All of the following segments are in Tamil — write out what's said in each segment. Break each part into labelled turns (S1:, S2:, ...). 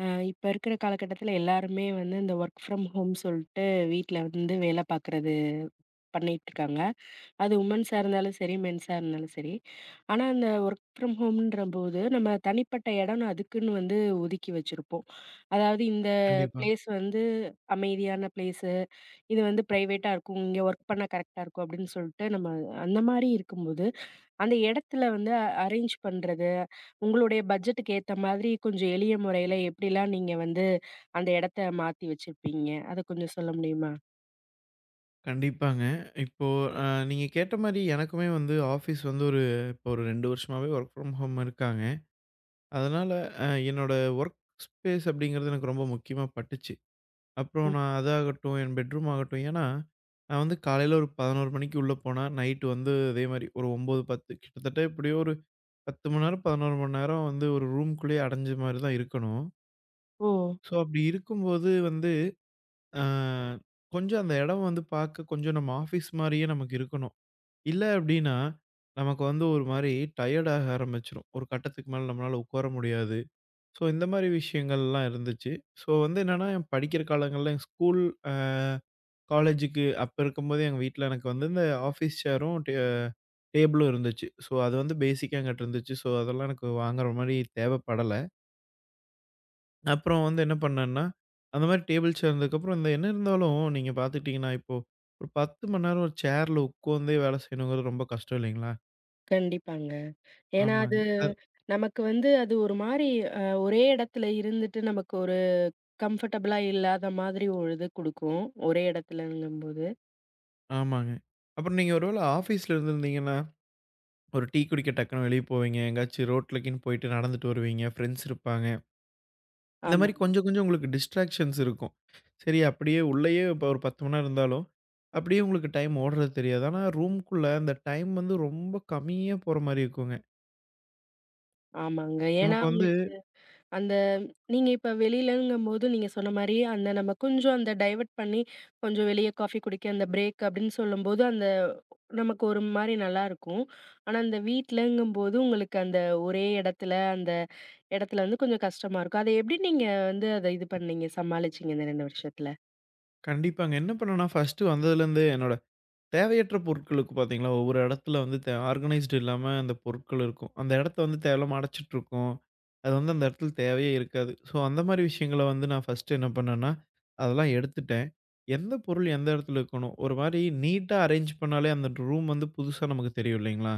S1: இப்ப இருக்கிற காலகட்டத்தில எல்லாருமே வந்து இந்த ஒர்க் ஃப்ரம் ஹோம் சொல்ட்டு வீட்ல வந்து வேலை பார்க்குறது பண்ணிட்டுருக்காங்க. அது உமன்ஸா இருந்தாலும் சரி, மென்ஸா இருந்தாலும் சரி. ஆனா, அந்த ஒர்க் ஃப்ரம் ஹோம்ன்றபோது, நம்ம தனிப்பட்ட இடம்னு அதுக்குன்னு வந்து ஒதுக்கி வச்சிருப்போம். அதாவது இந்த
S2: கண்டிப்பா.
S1: பிளேஸ் வந்து அமைதியான பிளேஸு, இது வந்து பிரைவேட்டா இருக்கும். இங்க ஒர்க் பண்ண கரெக்ட்டா இருக்கும் அப்படின்னு சொல்ட்டு நம்ம அந்த மாரி இருக்கும்போது, அந்த இடத்துல வந்து அரேஞ்ச் பண்றது, உங்களுடைய பட்ஜெட்டுக்கு ஏத்த மாதிரி கொஞ்சம் எளிய முறையில எப்படிலாம் நீங்க வந்து அந்த இடத்த மாத்தி வச்சிருப்பீங்க? அத கொஞ்சம் சொல்ல முடியுமா?
S2: கண்டிப்பாங்க. இப்போ அ நீங்க கேட்ட மாரி எனக்குமே வந்து ஆஃபீஸ் வந்து இப்போ ஒரு 2 வருஷமாவே வொர்க் ஃப்ரம் ஹோம் இருக்காங்க. அதனால என்னோட வொர்க் ஸ்பேஸ் அப்படிங்கிறது எனக்கு ரொம்ப முக்கியமா பட்டுச்சு. அப்புறம்
S1: ம்.
S2: நான் அதாகட்டும், என் பெட்ரூம் ஆகட்டும் ஏன்னா, நான் வந்து காலையில ஒரு 11 மணிக்கு உள்ள போனா, நைட் வந்து அதே மாரி ஒரு 9, 10 கிட்டத்தட்ட எப்படியோ ஒரு 10 மணி நேரம், 11 மணி நேரம் வந்து ஒரு ரூம்குள்ளேயே அடைஞ்ச மாரி தான் இருக்கணும்.
S1: ஓ!
S2: ஸோ அப்படி இருக்கும்போது வந்து, அ கொஞ்சம் அந்த இடம் வந்து பார்க்க கொஞ்சம் நம்ம ஆஃபீஸ் மாரியே நமக்கு இருக்கணும். இல்ல அப்டின்னா, நமக்கு வந்து ஒரு மாரி டயர்ட் ஆக ஆரம்பிச்சுரும். ஒரு கட்டத்துக்கு மேல நம்மளால உட்கார முடியாது. ஸோ இந்த மாரி விஷயங்கள்லாம் இருந்துச்சு. ஸோ வந்து என்னன்னா, என் படிக்கிற காலங்கள்ல எங்க ஸ்கூல் அ காலேஜுக்கு அப்ப இருக்கும்போதே எங்க வீட்ல எனக்கு வந்து இந்த ஆஃபீஸ் சேரும், டேபிளும் இருந்துச்சு. ஸோ அது வந்து பேசிக்கா என்கிட்ட இருந்துச்சு. ஸோ அதெல்லாம் எனக்கு வாங்குற மாரி தேவைப்படல. அப்புறம் வந்து என்ன பண்ணேன்னா, அந்த மாரி டேபிள் சேர் இருந்ததுக்கப்புறம் இந்த என்ன இருந்தாலும் நீங்க பார்த்துக்கிட்டீங்கன்னா, இப்போ ஒரு 10 மணி நேரம் ஒரு சேர்ல உட்காந்தே வேலை செய்யணுங்கிறது ரொம்ப கஷ்டம் இல்லைங்களா?
S1: கண்டிப்பாங்க. ஏன்னா, அது
S2: ஆமாங்க. அ
S1: நமக்கு வந்து அது ஒரு மாரி ஒரே இடத்துல இருந்துட்டு நமக்கு ஒரு கம்ஃபர்டபுளா இல்லாத மாதிரி ஒரு இது குடுக்கும். ஒரே இடத்துலங்கும்போது.
S2: ஆமாங்க. அப்புறம் நீங்க ஒரு வேள ஆஃபீஸ்ல இருந்திருந்தீங்கன்னா, ஒரு டீ குடிக்க டக்குனு வெளிய போவீங்க. எங்கேயாச்சும் ரோட்லகீன்னு போயிட்டு நடந்துட்டு வருவீங்க. ஃப்ரெண்ட்ஸ் இருப்பாங்க. இந்த
S1: ஆமா,
S2: மாரி கொஞ்சம் கொஞ்சம் உங்களுக்கு டிஸ்ட்ராக்ஷன்ஸ் இருக்கும். சரி அப்படியே உள்ளயே இப்ப ஒரு 10 மணி நேரம் இருந்தாலும், அப்படியே உங்களுக்கு டைம் ஓடுறது தெரியாது. ஆனா ரூம்க்குள்ள அந்த டைம் வந்து ரொம்ப கம்மியா போற மாரி இருக்குங்க.
S1: ஆமாங்க. ஏன்னா
S2: நமக்கு வந்து
S1: உங்களுக்கு அந்த நீங்க இப்ப வெளிலங்கும்போது நீங்க சொன்ன மாரி அந்த நம்ம கொஞ்சம் அந்த டைவர்ட் பண்ணி கொஞ்சம் வெளிய காஃபி குடிக்க அந்த பிரேக் அப்படின்னு சொல்லும்போது, அந்த நமக்கு ஒரு மாரி நல்லாருக்கும். ஆனா, அந்த வீட்லங்கும்போது உங்களுக்கு அந்த ஒரே இடத்துல அந்த இடத்துல வந்து கொஞ்சம் கஷ்டமா இருக்கும். அத எப்படி நீங்க வந்து அத இது பண்ணீங்க? சமாளிச்சீங்க இந்த 2 வருஷத்துல?
S2: கண்டிப்பாங்க. என்ன பண்ணேன்னா, ஃபர்ஸ்ட்டு வந்ததுலேருந்தே என்னோட தேவையற்ற பொருட்களுக்கு பார்த்தீங்களா, ஒவ்வொரு இடத்துல வந்து ஆர்கனைஸ்டு இல்லாம அந்த பொருட்கள் இருக்கும். அந்த இடத்த வந்து தேவையில்லாம அடைச்சிட்டுருக்கும். அது வந்து அந்த இடத்துல தேவையே இருக்காது. ஸோ, அந்த மாரி விஷயங்கள வந்து நான் ஃபர்ஸ்ட்டு என்ன பண்ணேன்னா, அதெல்லாம் எடுத்துட்டேன். எந்த பொருள் எந்த இடத்துல இருக்கணும்? ஒரு மாரி நீட்டா அரேஞ்ச் பண்ணாலே அந்த ரூம் வந்து புதுசா நமக்கு தெரியும் இல்லைங்களா?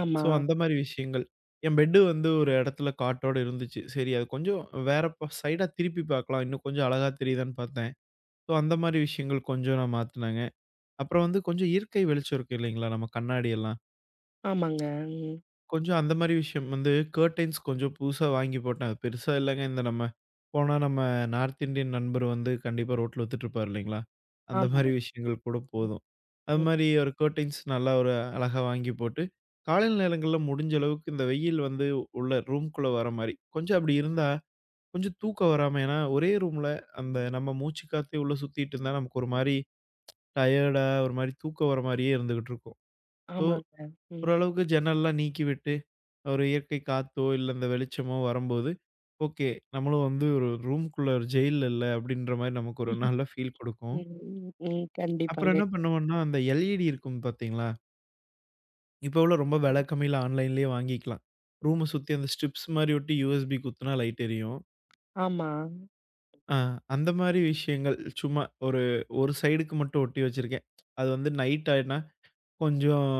S1: ஆமா.
S2: ஸோ, அந்த மாரி விஷயங்கள். என் பெட்டு வந்து ஒரு இடத்துல காட்டோட இருந்துச்சு. சரி அது கொஞ்சம் வேற சைடா திருப்பி பார்க்கலாம். இன்னும் கொஞ்சம் அழகா தெரியுதான்னு பார்த்தேன். ஸோ, அந்த மாரி விஷயங்கள் கொஞ்சம் நான் மாத்துனேங்க. அப்புறம் வந்து கொஞ்சம் இயற்கை வெளிச்சம் இருக்கு இல்லைங்களா? நம்ம கண்ணாடி எல்லாம்.
S1: ஆமாங்க. ம்.
S2: கொஞ்சம் அந்த மாரி விஷயம் வந்து கர்டைன்ஸ் கொஞ்சம் புதுசா வாங்கி போட்டேன். அது பெருசா இல்லங்க. இந்த நம்ம நம்ம நார்த் இந்தியன் நண்பர் வந்து கண்டிப்பா ரோட்ல வித்துட்டு இருப்பார் இல்லைங்களா? அந்த
S1: ஆமா.
S2: மாரி விஷயங்கள் கூட
S1: ம்.
S2: போதும். அது
S1: ம்.
S2: மாரி ஒரு கர்டைன்ஸ் நல்லா ஒரு அழகா வாங்கி போட்டு, காலையில நேரங்கள்ல முடிஞ்ச அளவுக்கு இந்த வெயில் வந்து உள்ள ரூம்குள்ள வர மாரி. கொஞ்சம் அப்படி இருந்தா கொஞ்சம் தூக்கம் வராம ஏன்னா ஒரே ரூம்ல அந்த நம்ம மூச்சு காத்தே உள்ள சுத்திட்டு இருந்தா நமக்கு ஒரு மாரி டயர்டா ஒரு மாரி தூக்கம் வர மாரியே இருந்துகிட்டு இருக்கும். ஸோ
S1: ஆமாங்க. ம்.
S2: ஓரளவுக்கு ஜன்னல்லாம் நீக்கி விட்டு, ஒரு இயற்கை காத்தோ, இல்ல இந்த வெளிச்சமோ வரும்போது, ஓகே. நம்மளும் வந்து ஒரு ரூம்க்குள்ள ஒரு ஜெயில்ல இல்ல அப்டின்ற மாரி நமக்கு ஒரு
S1: ம்.
S2: நல்ல ஃபீல் குடுக்கும்.
S1: ம். ம்.
S2: அப்புறம்
S1: கண்டிப்பாங்க.
S2: என்ன பண்ணுவோம்னா, அந்த எல்இடி இருக்கும் பார்த்தீங்களா? இப்போ உள்ள ரொம்ப வெல
S1: ம்.
S2: கம்மியில ஆன்லைன்லேயே வாங்கிக்கலாம். ரூம சுத்தி அந்த ஸ்ட்ரிப்ஸ் மாரி ஒட்டி யூஎஸ்பி குத்துனா லைட் எரியும்.
S1: ஆமா.
S2: ஆ அந்த மாரி விஷயங்கள் சும்மா ஒரு ஒரு சைடுக்கு மட்டும் ஒட்டி வச்சிருக்கேன். அது வந்து நைட் ஆயிட்னா கொஞ்சம்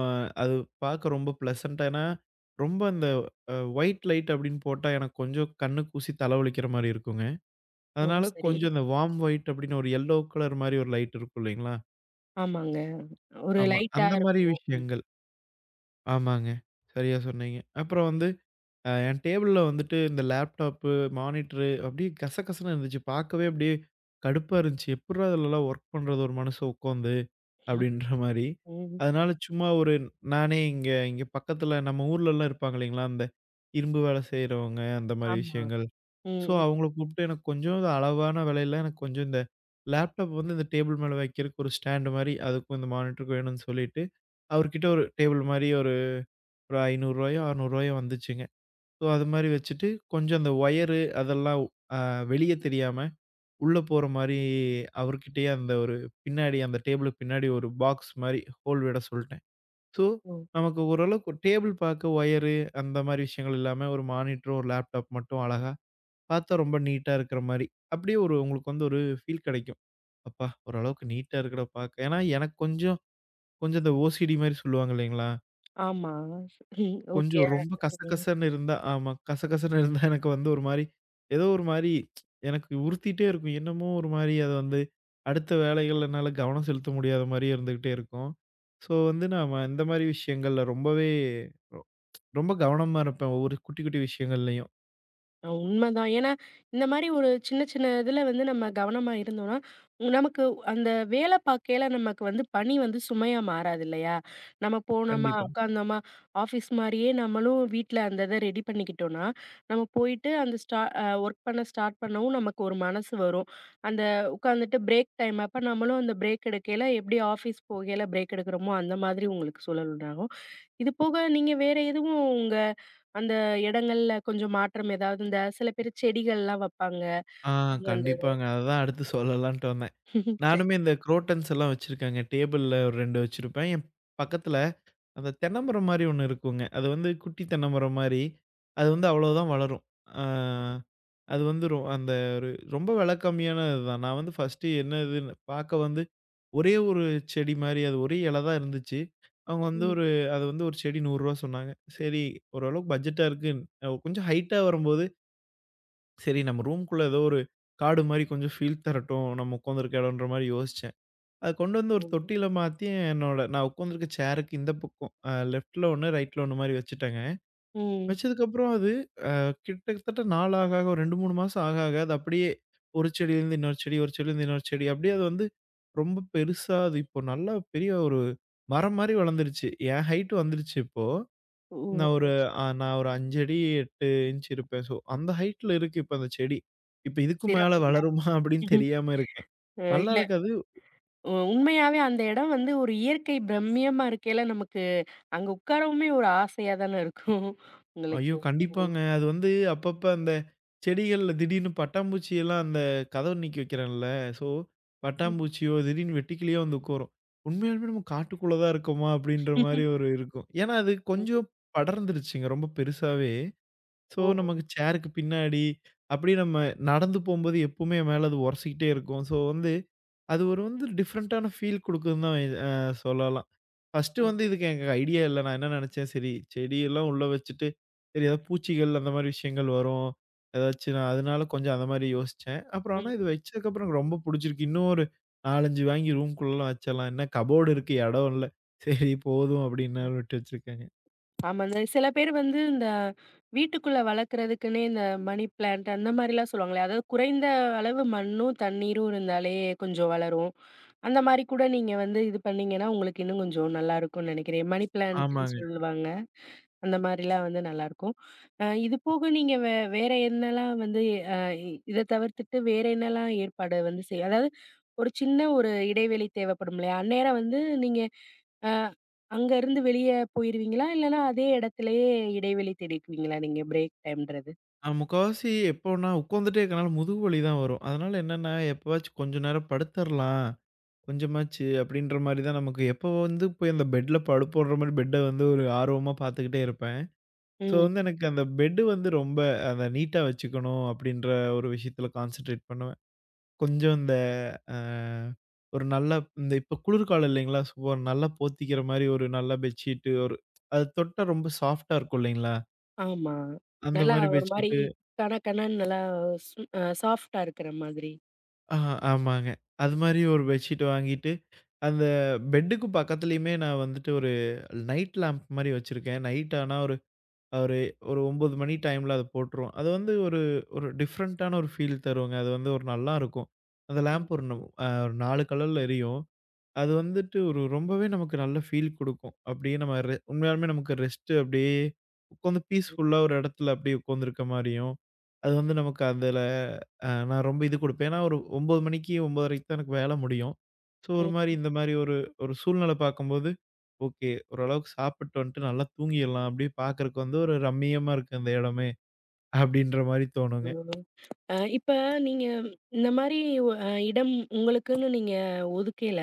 S2: அது பார்க்க ரொம்ப பிளசன்ட்டா ஏன்னா, ரொம்ப அந்த ஒயிட் லைட் அப்படின்னு போட்டா எனக்கு கொஞ்சம் கண்ணு கூசி தலைவலிக்கிற மாரி இருக்குங்க.
S1: ஓ!
S2: அதனால
S1: சரி.
S2: கொஞ்சம் இந்த வார்ம் ஒயிட் அப்படின்னு ஒரு எல்லோ கலர் மாரி ஒரு லைட் இருக்கும் இல்லைங்களா?
S1: ஆமாங்க. ஒரு
S2: ஆமா.
S1: லைட்டா
S2: அந்த மாரி
S1: இருக்கும். ம்.
S2: விஷயங்கள். ஆமாங்க. சரியா சொன்னீங்க. அப்புறம் வந்து என் டேபிள்ல வந்துட்டு இந்த லேப்டாப்பு, மானிட்டரு அப்படியே கசகசன்னு இருந்துச்சு. பார்க்கவே அப்படியே கடுப்பா இருந்துச்சு. எப்புட்றா இதுலலாம் ஒர்க் பண்றது ஒரு மனுஷன் உட்காந்து அப்படின்ற மாரி.
S1: ம்.
S2: அதனால சும்மா ஒரு நானே இங்க இங்க பக்கத்துல நம்ம ஊர்லலாம் இருப்பாங்க இல்லைங்களா? அந்த இரும்பு வேலை செய்றவங்க அந்த மாரி
S1: ஆமா.
S2: விஷயங்கள். ஸோ
S1: ம்.
S2: அவங்கள கூப்பிட்டு எனக்கு கொஞ்சம் இந்த அளவான விலையில எனக்கு கொஞ்சம் இந்த லேப்டாப் வந்து இந்த டேபிள் மேல வைக்கிறதுக்கு ஒரு ஸ்டாண்டு மாரி அதுக்கும் இந்த மானிட்டருக்கும் வேணும்னு சொல்லிட்டு, அவர்கிட்ட ஒரு டேபிள் மாரி ஒரு ₹500-யோ, ₹600-யோ வந்துச்சுங்க. ஸோ, அது மாரி வச்சுட்டு, கொஞ்சம் அந்த ஒயரு அதெல்லாம் அ வெளிய தெரியாம, உள்ள போற மாரி அவர்கிட்டயே அந்த ஒரு பின்னாடி அந்த டேபிளுக்கு பின்னாடி ஒரு பாக்ஸ் மாரி ஹோல் விட சொல்ட்டேன். ஸோ,
S1: ம்.
S2: நமக்கு ஓரளவுக்கு டேபிள் பார்க்க ஒயரு அந்த மாரி விஷயங்கள் இல்லாம, ஒரு மானிட்டரும், ஒரு லேப்டாப் மட்டும் அழகா பார்த்தா ரொம்ப நீட்டா இருக்கிற மாரி. அப்படியே ஒரு உங்களுக்கு வந்து ஒரு ஃபீல் கெடைக்கும். அப்பா! ஓரளவுக்கு நீட்டா இருக்குடா பார்க்க. ஏன்னா எனக்கு கொஞ்சம் கொஞ்சம் இந்த ஓசிடி மாரி சொல்லுவாங்க இல்லைங்களா?
S1: ஆமா. ம். ஓகே.
S2: கொஞ்சம் ரொம்ப
S1: ம்.
S2: கசகசன்னு இருந்தா ஆமா. கசகசன்னு இருந்தா எனக்கு வந்து ஒரு மாரி, ஏதோ ஒரு மாரி எனக்கு உறுத்திட்டே இருக்கும். என்னமோ ஒரு மாரி அது வந்து அடுத்த வேலைகள்ல என்னால கவனம் செலுத்த முடியாத மாரியே இருந்துகிட்டே இருக்கும். ஸோ வந்து நாம இந்த மாரி விஷயங்கள்ல ரொம்பவே ரொ ரொம்ப கவனமா இருப்பேன். ஒவ்வொரு குட்டி, குட்டி விஷயங்கள்லயும்.
S1: உண்மதான். ஏன்னா, இந்த மாரி ஒரு சின்ன சின்ன இதுல வந்து நம்ம கவனமா இருந்தோம்னா, நமக்கு அந்த வேலை பார்க்கையில நமக்கு வந்து பணி வந்து சுமையா மாறாது இல்லையா? நம்ம போனோமா,
S2: கண்டிப்பா.
S1: உட்கார்ந்தோமா, ஆஃபீஸ் மாரியே நம்மளும் வீட்ல அந்த இத ரெடி பண்ணிக்கிட்டோம்னா, நம்ம போயிட்டு அந்த ஸ்டா அ ஒர்க் பண்ண ஸ்டார்ட் பண்ணவும் நமக்கு ஒரு மனசு வரும். அந்த உட்காந்துட்டு பிரேக் டைம் அப்ப நம்மளும் அந்த பிரேக் எடுக்கையில எப்படி ஆஃபீஸ் போகையில பிரேக் எடுக்கிறோமோ, அந்த மாதிரி உங்களுக்கு சூழல் உண்டாகும். இது போக நீங்க வேற எதுவும் உங்க அந்த இடங்கள்ல கொஞ்சம் மாற்றம் ஏதாவது இந்த சில பேரு செடிகள்லாம் வைப்பாங்க.
S2: ஆ
S1: கொஞ்சம் அந்த
S2: கண்டிப்பாங்க. அததான் அடுத்து சொல்லலான்ட்டு வந்தேன்.
S1: சரி.
S2: நானுமே இந்த குரோட்டன்ஸ் எல்லாம் வச்சிருக்கேங்க. டேபிள்ல ஒரு 2 வச்சிருப்பேன். என் பக்கத்துல அந்த தென்னமரம் மாரி ஒண்ணு இருக்குங்க. அது வந்து குட்டி தென்னமரம் மாரி. அது வந்து அவ்வளோதான் வளரும். ஆ அது வந்து அந்த ஒரு ரொம்ப விலை கம்மியான இதுதான். நான் வந்து ஃபர்ஸ்ட்டு என்ன இதுன்னு பார்க்க வந்து ஒரே ஒரு செடி மாரி அது ஒரே இலை தான் இருந்துச்சு. அவங்க வந்து
S1: ம்.
S2: ஒரு அது வந்து ஒரு செடி ரூ. 100 சொன்னாங்க. சரி ஓரளவுக்கு பட்ஜெட்டா இருக்கு. கொஞ்சம் ஹைட்டா வரும்போது, சரி நம்ம ரூம்க்குள்ள ஏதோ ஒரு காடு மாரி கொஞ்சம் ஃபீல் தரட்டும். நம்ம உட்காந்துருக்க இடம்ன்ற மாரி யோசிச்சேன். அத கொண்டு வந்து ஒரு தொட்டியில மாத்தி என்னோட நான் உட்காந்துருக்க சேருக்கு இந்த பக்கம் லெஃப்ட்ல ஒண்ணு, ரைட்ல ஒண்ணு மாரி வச்சுட்டேங்க.
S1: ம்.
S2: வச்சதுக்கப்புறம் அது கிட்டத்தட்ட நாள் ஆக, ஆக ஒரு 2, 3 மாசம் ஆக, ஆக அது அப்படியே ஒரு செடியிலேருந்து இன்னொரு செடி, ஒரு செடியிலேருந்து இன்னொரு செடி அப்படியே அது வந்து ரொம்ப பெருசா அது இப்போ நல்லா பெரிய ஒரு மரம் மாரி வளர்ந்துருச்சு. என் ஹைட் வந்துருச்சு இப்போ.
S1: ஓ!
S2: நான் ஒரு நான் ஒரு 5 அடி 8 இன்ச் இருப்பேன். ஸோ அந்த ஹைட்ல இருக்கு இப்ப அந்த செடி. இப்ப இதுக்கு மேல
S1: சிறப்புங்க.
S2: வளருமா அப்படின்னு தெரியாம இருக்கேன். நல்லா
S1: இல்ல
S2: இருக்கு அது.
S1: உ உண்மையாவே அந்த இடம் வந்து ஒரு இயற்கை பிரம்மியமா இருக்கையில நமக்கு அங்க உட்காரவுமே ஒரு ஆசையா தானே இருக்கும்
S2: ஐயோ!
S1: உங்களுக்கு.
S2: கண்டிப்பாங்க. அது வந்து அப்பப்ப அந்த செடிகள்ல திடீர்னு பட்டாம்பூச்சி எல்லாம் அந்த கதவ நீக்கி வைக்கிறேன்ல, ஸோ
S1: ம்.
S2: பட்டாம்பூச்சியோ, திடீர்னு வெட்டுக்கிளியோ வந்து உட்காரும். உண்மையாலுமே நம்ம காட்டுக்குள்ள தான் இருக்கோமா? அப்படின்ற மாரி ஒரு இருக்கும். ஏன்னா, அது
S1: ம்.
S2: கொஞ்சம் படர்ந்துருச்சுங்க ரொம்ப பெருசாவே. ஸோ
S1: ஓ!
S2: நமக்கு சேருக்கு பின்னாடி, அப்படியே நம்ம நடந்து போம்போது எப்பவுமே என் மேல அது உரசிக்கிட்டே இருக்கும். ஸோ வந்து, அது ஒரு வந்து டிஃப்ரெண்ட்டான ஃபீல் குடுக்குதுன்னு தான் அ சொல்லலாம். ஃபர்ஸ்ட்டு
S1: ம்.
S2: வந்து இதுக்கு எனக்கு ஐடியா இல்ல. நான் என்ன நெனச்சேன், சரி செடியெல்லாம் உள்ள வச்சுட்டு, சரி ஏதாவது பூச்சிகள் அந்த மாரி விஷயங்கள் வரும். ஏதாச்சும் நான் அதனால கொஞ்சம் அந்த மாரி யோசிச்சேன். அப்புறம் ஆனா
S1: ம்.
S2: இது வச்சதுக்கப்புறம் எனக்கு ரொம்ப புடிச்சிருக்கு. இன்னும் ஒரு 4, 5 வாங்கி ரூம்குள்ளலாம் வச்சரலாம். என்ன கபோர்டு இருக்கு, இடம் இல்ல. சரி போதும் அப்படின்னு விட்டு வச்சிருக்கேங்க.
S1: ஆமாங்க. சில பேர் வந்து இந்த வீட்டுக்குள்ள வளர்க்குறதுக்குன்னே இந்த மணி பிளான்ட் அந்த மாரிலாம் சொல்லுவாங்களே, அதாவது குறைந்த அளவு மண்ணும், தண்ணீரும் இருந்தாலே கொஞ்சம் வளரும். அந்த மாரி கூட நீங்க வந்து இது பண்ணீங்கன்னா, உங்களுக்கு இன்னும் கொஞ்சம் நல்லாருக்கும்னு நெனைக்கிறேன். மணி பிளான்ட்ன்னு
S2: ஆமாங்க.
S1: சொல்லுவாங்க. அந்த மாரிலாம் வந்து நல்லாருக்கும். இது போக நீங்க வேற என்னலாம் வந்து அ இத தவிர்த்துட்டு வேற என்னலாம் ஏற்பாடு வந்து செய் அதாவது ஒரு சின்ன ஒரு இடைவெளி தேவைப்படும் இல்லையா? அந்நேரம் வந்து நீங்க அ அங்க இருந்து வெளிய போயிருவீங்களா? இல்லன்னா அதே இடத்திலேயே இடைவெளி தேடிக்குவீங்களா நீங்க பிரேக் டைம்ன்றது?
S2: நான் முக்காவாசி எப்போன்னா உட்காந்துட்டே இருக்கனால முதுகு வலி தான் வரும். அதனால என்னன்னா, எப்பவாச்சும் கொஞ்ச நேரம் படுத்தரலாம். கொஞ்சமாச்சு அப்படின்ற மாரி தான் நமக்கு எப்போ வந்து போய் அந்த பெட்ல படுப்போன்ற மாரி பெட்ட வந்து ஒரு ஆர்வமா பார்த்துக்கிட்டே இருப்பேன். ஸோ
S1: ம்.
S2: வந்து எனக்கு அந்த பெட் வந்து ரொம்ப அத நீட்டா வச்சுக்கணும் அப்படின்ற ஒரு விஷயத்துல கான்சன்ட்ரேட் பண்ணுவேன். கொஞ்சம் இந்த அ ஒரு நல்ல இந்த இப்ப குளிர்காலம் இல்லைங்களா? ஸோ ஒரு நல்லா போத்திக்கிற மாரி ஒரு நல்ல பெட்ஷீட்டு ஒரு அது தொட்டா ரொம்ப சாஃப்ட்டா இருக்கும் இல்லைங்களா?
S1: ஆமா.
S2: அந்த
S1: நல்லா
S2: மாரி
S1: ஒரு மாரி
S2: பெட்ஷீட்டு
S1: கண கணன்னு நல்லா சு அ சாஃப்ட்டா இருக்கிற மாதிரி.
S2: ஆ ஆமாங்க. அது மாரி ஒரு பெட்ஷீட் வாங்கிட்டு, அந்த பெட்டுக்கு பக்கத்துலயுமே நான் வந்துட்டு ஒரு நைட் லேம்ப் மாரி வச்சிருக்கேன். நைட் ஆனா ஒரு ஒரு 9 மணி டைம்ல அது போட்டுருவோம். அது வந்து ஒரு ஒரு டிஃப்ரெண்ட்டான ஒரு ஃபீல் தருங்க. அது வந்து ஒரு நல்லாருக்கும். அந்த
S1: ம்.
S2: லேம்ப் ஒரு ந அ 4 கலர்ல எரியும். அது வந்துட்டு ஒரு ரொம்பவே நமக்கு நல்ல ஃபீல் குடுக்கும். அப்படியே நம்ம உண்மையாலுமே நமக்கு ரெஸ்ட்டு அப்படியே உட்காந்து பீஸ்ஃபுல்லா ஒரு இடத்துல அப்படியே உட்காந்துருக்க மாரியும், அது வந்து நமக்கு அதுல நான் ரொம்ப இது குடுப்பேன். ஏன்னா ஒரு 9 மணிக்கு 9:30க்கு தான் எனக்கு வேல முடியும். ஸோ ஒரு
S1: ம்.
S2: மாரி இந்த மாரி ஒரு ஒரு சூழ்நிலை பார்க்கும்போது, ஓகே ஓரளவுக்கு சாப்பிட்டு வந்துட்டு நல்லா தூங்கிடலாம். அப்படியே பார்க்கறக்கு வந்து ஒரு ரம்மியமா இருக்கு அந்த இடமே அப்படின்ற மாரி
S1: ஆ.
S2: தோணுங்க.
S1: இப்ப நீங்க இந்த மாரி ஒ அ இடம் உங்களுக்குன்னு நீங்க ஒதுக்கையில,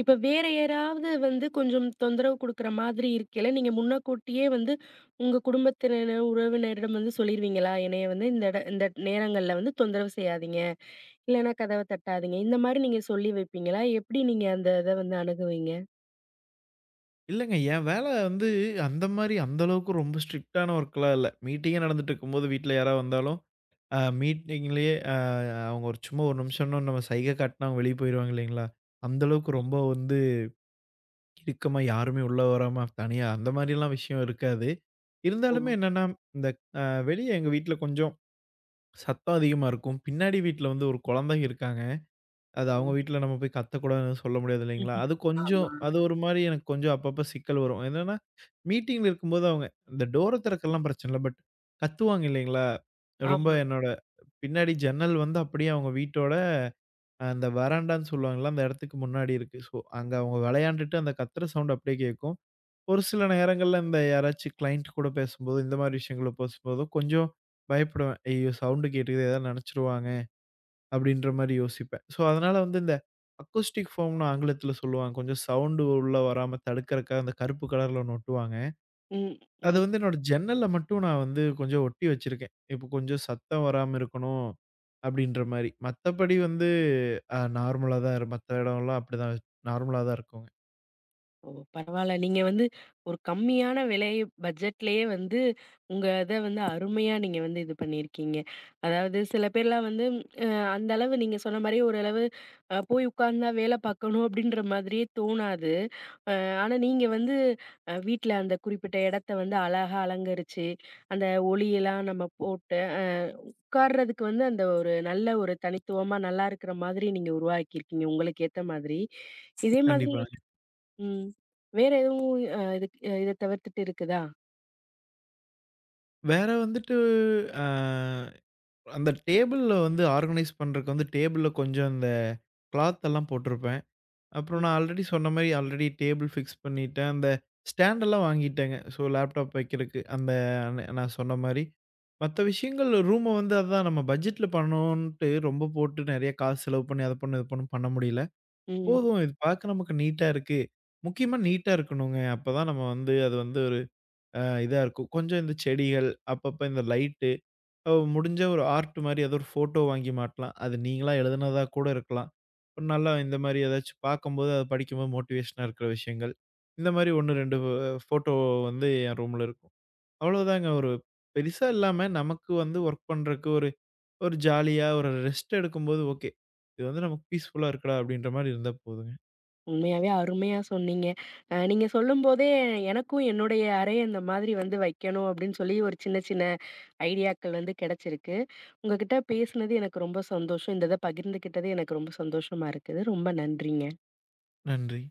S1: இப்ப வேற யாராவது வந்து கொஞ்சம் தொந்தரவு குடுக்குற மாதிரி இருக்கையில, நீங்க முன்னக்கூட்டியே வந்து உங்க குடும்பத்தினர், உறவினரிடம் வந்து சொல்லிருவீங்களா? "என்னைய வந்து இந்த இட இந்த நேரங்கள்ல வந்து தொந்தரவு செய்யாதீங்க. இல்லன்னா கதவ தட்டாதீங்க." இந்த மாரி நீங்க சொல்லி வைப்பீங்களா? எப்படி நீங்க அந்த இத வந்து அணுகுவீங்க?
S2: இல்லங்க என் வேல வந்து அந்த மாரி அந்த அளவுக்கு ரொம்ப ஸ்ட்ரிக்ட்டான ஒர்க்லாம் இல்ல. மீட்டிங்கே நடந்துட்டு இருக்கும்போது வீட்ல யாராவது வந்தாலும் மீட்டிங்லயே அவங்க ஒரு சும்மா ஒரு நிமிஷம்னா நம்ம சைகை காட்டினா அவங்க வெளியே போயிருவாங்க இல்லைங்களா? அந்த அளவுக்கு ரொம்ப வந்து இறுக்கமா யாருமே உள்ள வராம தனியா அந்த மாரிலாம் விஷயம் இருக்காது.
S1: ஓ!
S2: இருந்தாலுமே என்னன்னா, இந்த அ வெளிய எங்க வீட்ல கொஞ்சம் சத்தம் அதிகமா இருக்கும். பின்னாடி வீட்ல வந்து ஒரு குழந்தைங்க இருக்காங்க. அது
S1: ஓ!
S2: அவங்க வீட்ல நம்ம போய் கத்தக்கூடாதுன்னு சொல்ல முடியாது இல்லைங்களா?
S1: ம்ஹ்ம்.
S2: அது கொஞ்சம்
S1: ஆமா.
S2: அது ஒரு மாரி எனக்கு கொஞ்சம் அப்பப்ப சிக்கல் வரும். என்னன்னா, மீட்டிங்ல இருக்கும்போது அவங்க இந்த டோர திறக்கலாம் பிரச்சனை இல்ல. பட் கத்துவாங்க இல்லைங்களா? ரொம்ப
S1: ஆமா.
S2: என்னோட பின்னாடி ஜன்னல் வந்து அப்படியே அவங்க வீட்டோட அந்த வராண்டான்னு சொல்லுவாங்கல்ல, அந்த இடத்துக்கு முன்னாடி இருக்கு. ஸோ, அங்க அவங்க விளையாண்டுட்டு அந்த கத்துற சவுண்ட் அப்படியே கேட்கும். ஒரு சில நேரங்கள்ல இந்த யாராச்சும் கிளையண்ட் கூட பேசும்போது, இந்த மாரி விஷயங்கள பேசும்போதோ கொஞ்சம் பயப்படுவேன். ஐயோ! சவுண்ட் கேட்டுக்குது ஏதாவது நினைச்சுருவாங்க அப்படின்ற
S1: ம்.
S2: மாரி யோசிப்பேன். ஸோ, அதனால வந்து இந்த அக்கோஸ்டிக் ஃபோம்ன்னு ஆங்கிலத்தில சொல்லுவாங்க. கொஞ்சம் சவுண்ட் உள்ள வராம தடுக்கறக்காக அந்த கருப்பு கலர்ல ஒண்ணு ஒட்டுவாங்க. அது
S1: ம்.
S2: வந்து என்னோட ஜன்னல்ல மட்டும் நான் வந்து கொஞ்சம் ஒட்டி வச்சிருக்கேன். இப்போ கொஞ்சம் சத்தம் வராம இருக்கணும் அப்டின்ற மாரி. மத்தபடி வந்து நார்மலா தான் மத்த இடம்லாம் அப்படிதான் நார்மலா தான் இருக்குங்க.
S1: ஓ! பரவால்ல. நீங்க வந்து ஒரு கம்மியான விலை பட்ஜெட்லயே வந்து, உங்க இத வந்து அருமையா நீங்க வந்து இது பண்ணியிருக்கீங்க. அதாவது சில பேர்லாம் வந்து அ அந்த அளவு நீங்க சொன்ன மாரி ஓரளவு போய் உட்கார்ந்தா வேலை பார்க்கணும் அப்படின்ற மாதிரியே தோணாது. அ ஆனா நீங்க வந்து வீட்ல அந்த குறிப்பிட்ட இடத்த வந்து அழகா அலங்கரிச்சு, அந்த ஒளியெல்லாம் நம்ம போட்டு, உட்கார்றதுக்கு வந்து அந்த ஒரு நல்ல ஒரு தனித்துவமா நல்லா இருக்கிற மாதிரி நீங்க உருவாக்கியிருக்கீங்க உங்களுக்கு ஏத்த மாதிரி. இதே மாதிரி
S2: கண்டிப்பாங்க.
S1: ம். வேற எதுவும் அ இதுக் இத தவிர்த்துட்டு இருக்குதா?
S2: வேற வந்துட்டு அ அந்த டேபிள்ல வந்து ஆர்கனைஸ் பண்றதுக்கு வந்து டேபிள்ல கொஞ்சம் இந்த கிளாத் எல்லாம் போட்டிருப்பேன். அப்புறம்
S1: ம்,
S2: நான் ஆல்ரெடி சொன்ன மாரி ஆல்ரெடி டேபிள் ஃபிக்ஸ் பண்ணிட்டேன். அந்த ஸ்டாண்டெல்லாம் வாங்கிட்டேங்க. ஸோ லேப்டாப் வைக்கிறக்கு அந்த நான் சொன்ன மாரி. மத்த விஷயங்கள் ரூம வந்து அதான் நம்ம பட்ஜெட்ல பண்ணணுன்ட்டு ரொம்ப போட்டு நெறைய காசு செலவு பண்ணி அத பண்ணு, இத பண்ணுன்னு பண்ண முடியல.
S1: ம்.
S2: போதும் இது பார்க்க நமக்கு நீட்டா இருக்கு. முக்கியமா நீட்டா இருக்கணுங்க. அப்பதான் நம்ம வந்து அது வந்து ஒரு இதா இருக்கும். கொஞ்சம் இந்த செடிகள், அப்பப்ப இந்த லைட் ஓ! முடிஞ்ச ஒரு ஆர்ட் மாரி ஏதோ ஒரு ஃபோட்டோ வாங்கி மாட்டலாம். அது நீங்களா எழுதுனதா கூட இருக்கலாம். ஒரு நல்லா இந்த மாரி ஏதாச்சும் பார்க்கும்போது, அத படிக்கும்போது மோட்டிவேஷனா இருக்கிற விஷயங்கள். இந்த மாரி 1, 2 ஃபோட்டோ வந்து என் ரூம்ல இருக்கும். அவ்வளோதாங்க. ஒரு பெருசா இல்லாம நமக்கு வந்து ஒர்க் பண்றக்கு ஒரு ஒரு ஜாலியா ஒரு ரெஸ்ட் எடுக்கும்போது ஓகே. இது வந்து நமக்கு பீஸ்ஃபுல்லா இருக்குடா அப்படின்ற மாரி இருந்தா போதுங்க.
S1: உண்மையாவே அருமையா சொன்னீங்க. நீங்க சொல்லும்போதே எனக்கும் என்னுடைய அறைய இந்த மாதிரி வந்து வைக்கணும் அப்படின்னு சொல்லி ஒரு சின்ன சின்ன ஐடியாக்கள் வந்து கிடைச்சிருக்கு. உங்ககிட்ட பேசினது எனக்கு ரொம்ப சந்தோஷம். இந்த இத பகிர்ந்துக்கிட்டது எனக்கு ரொம்ப சந்தோஷமா இருக்குது. ரொம்ப நன்றிங்க.
S2: நன்றி.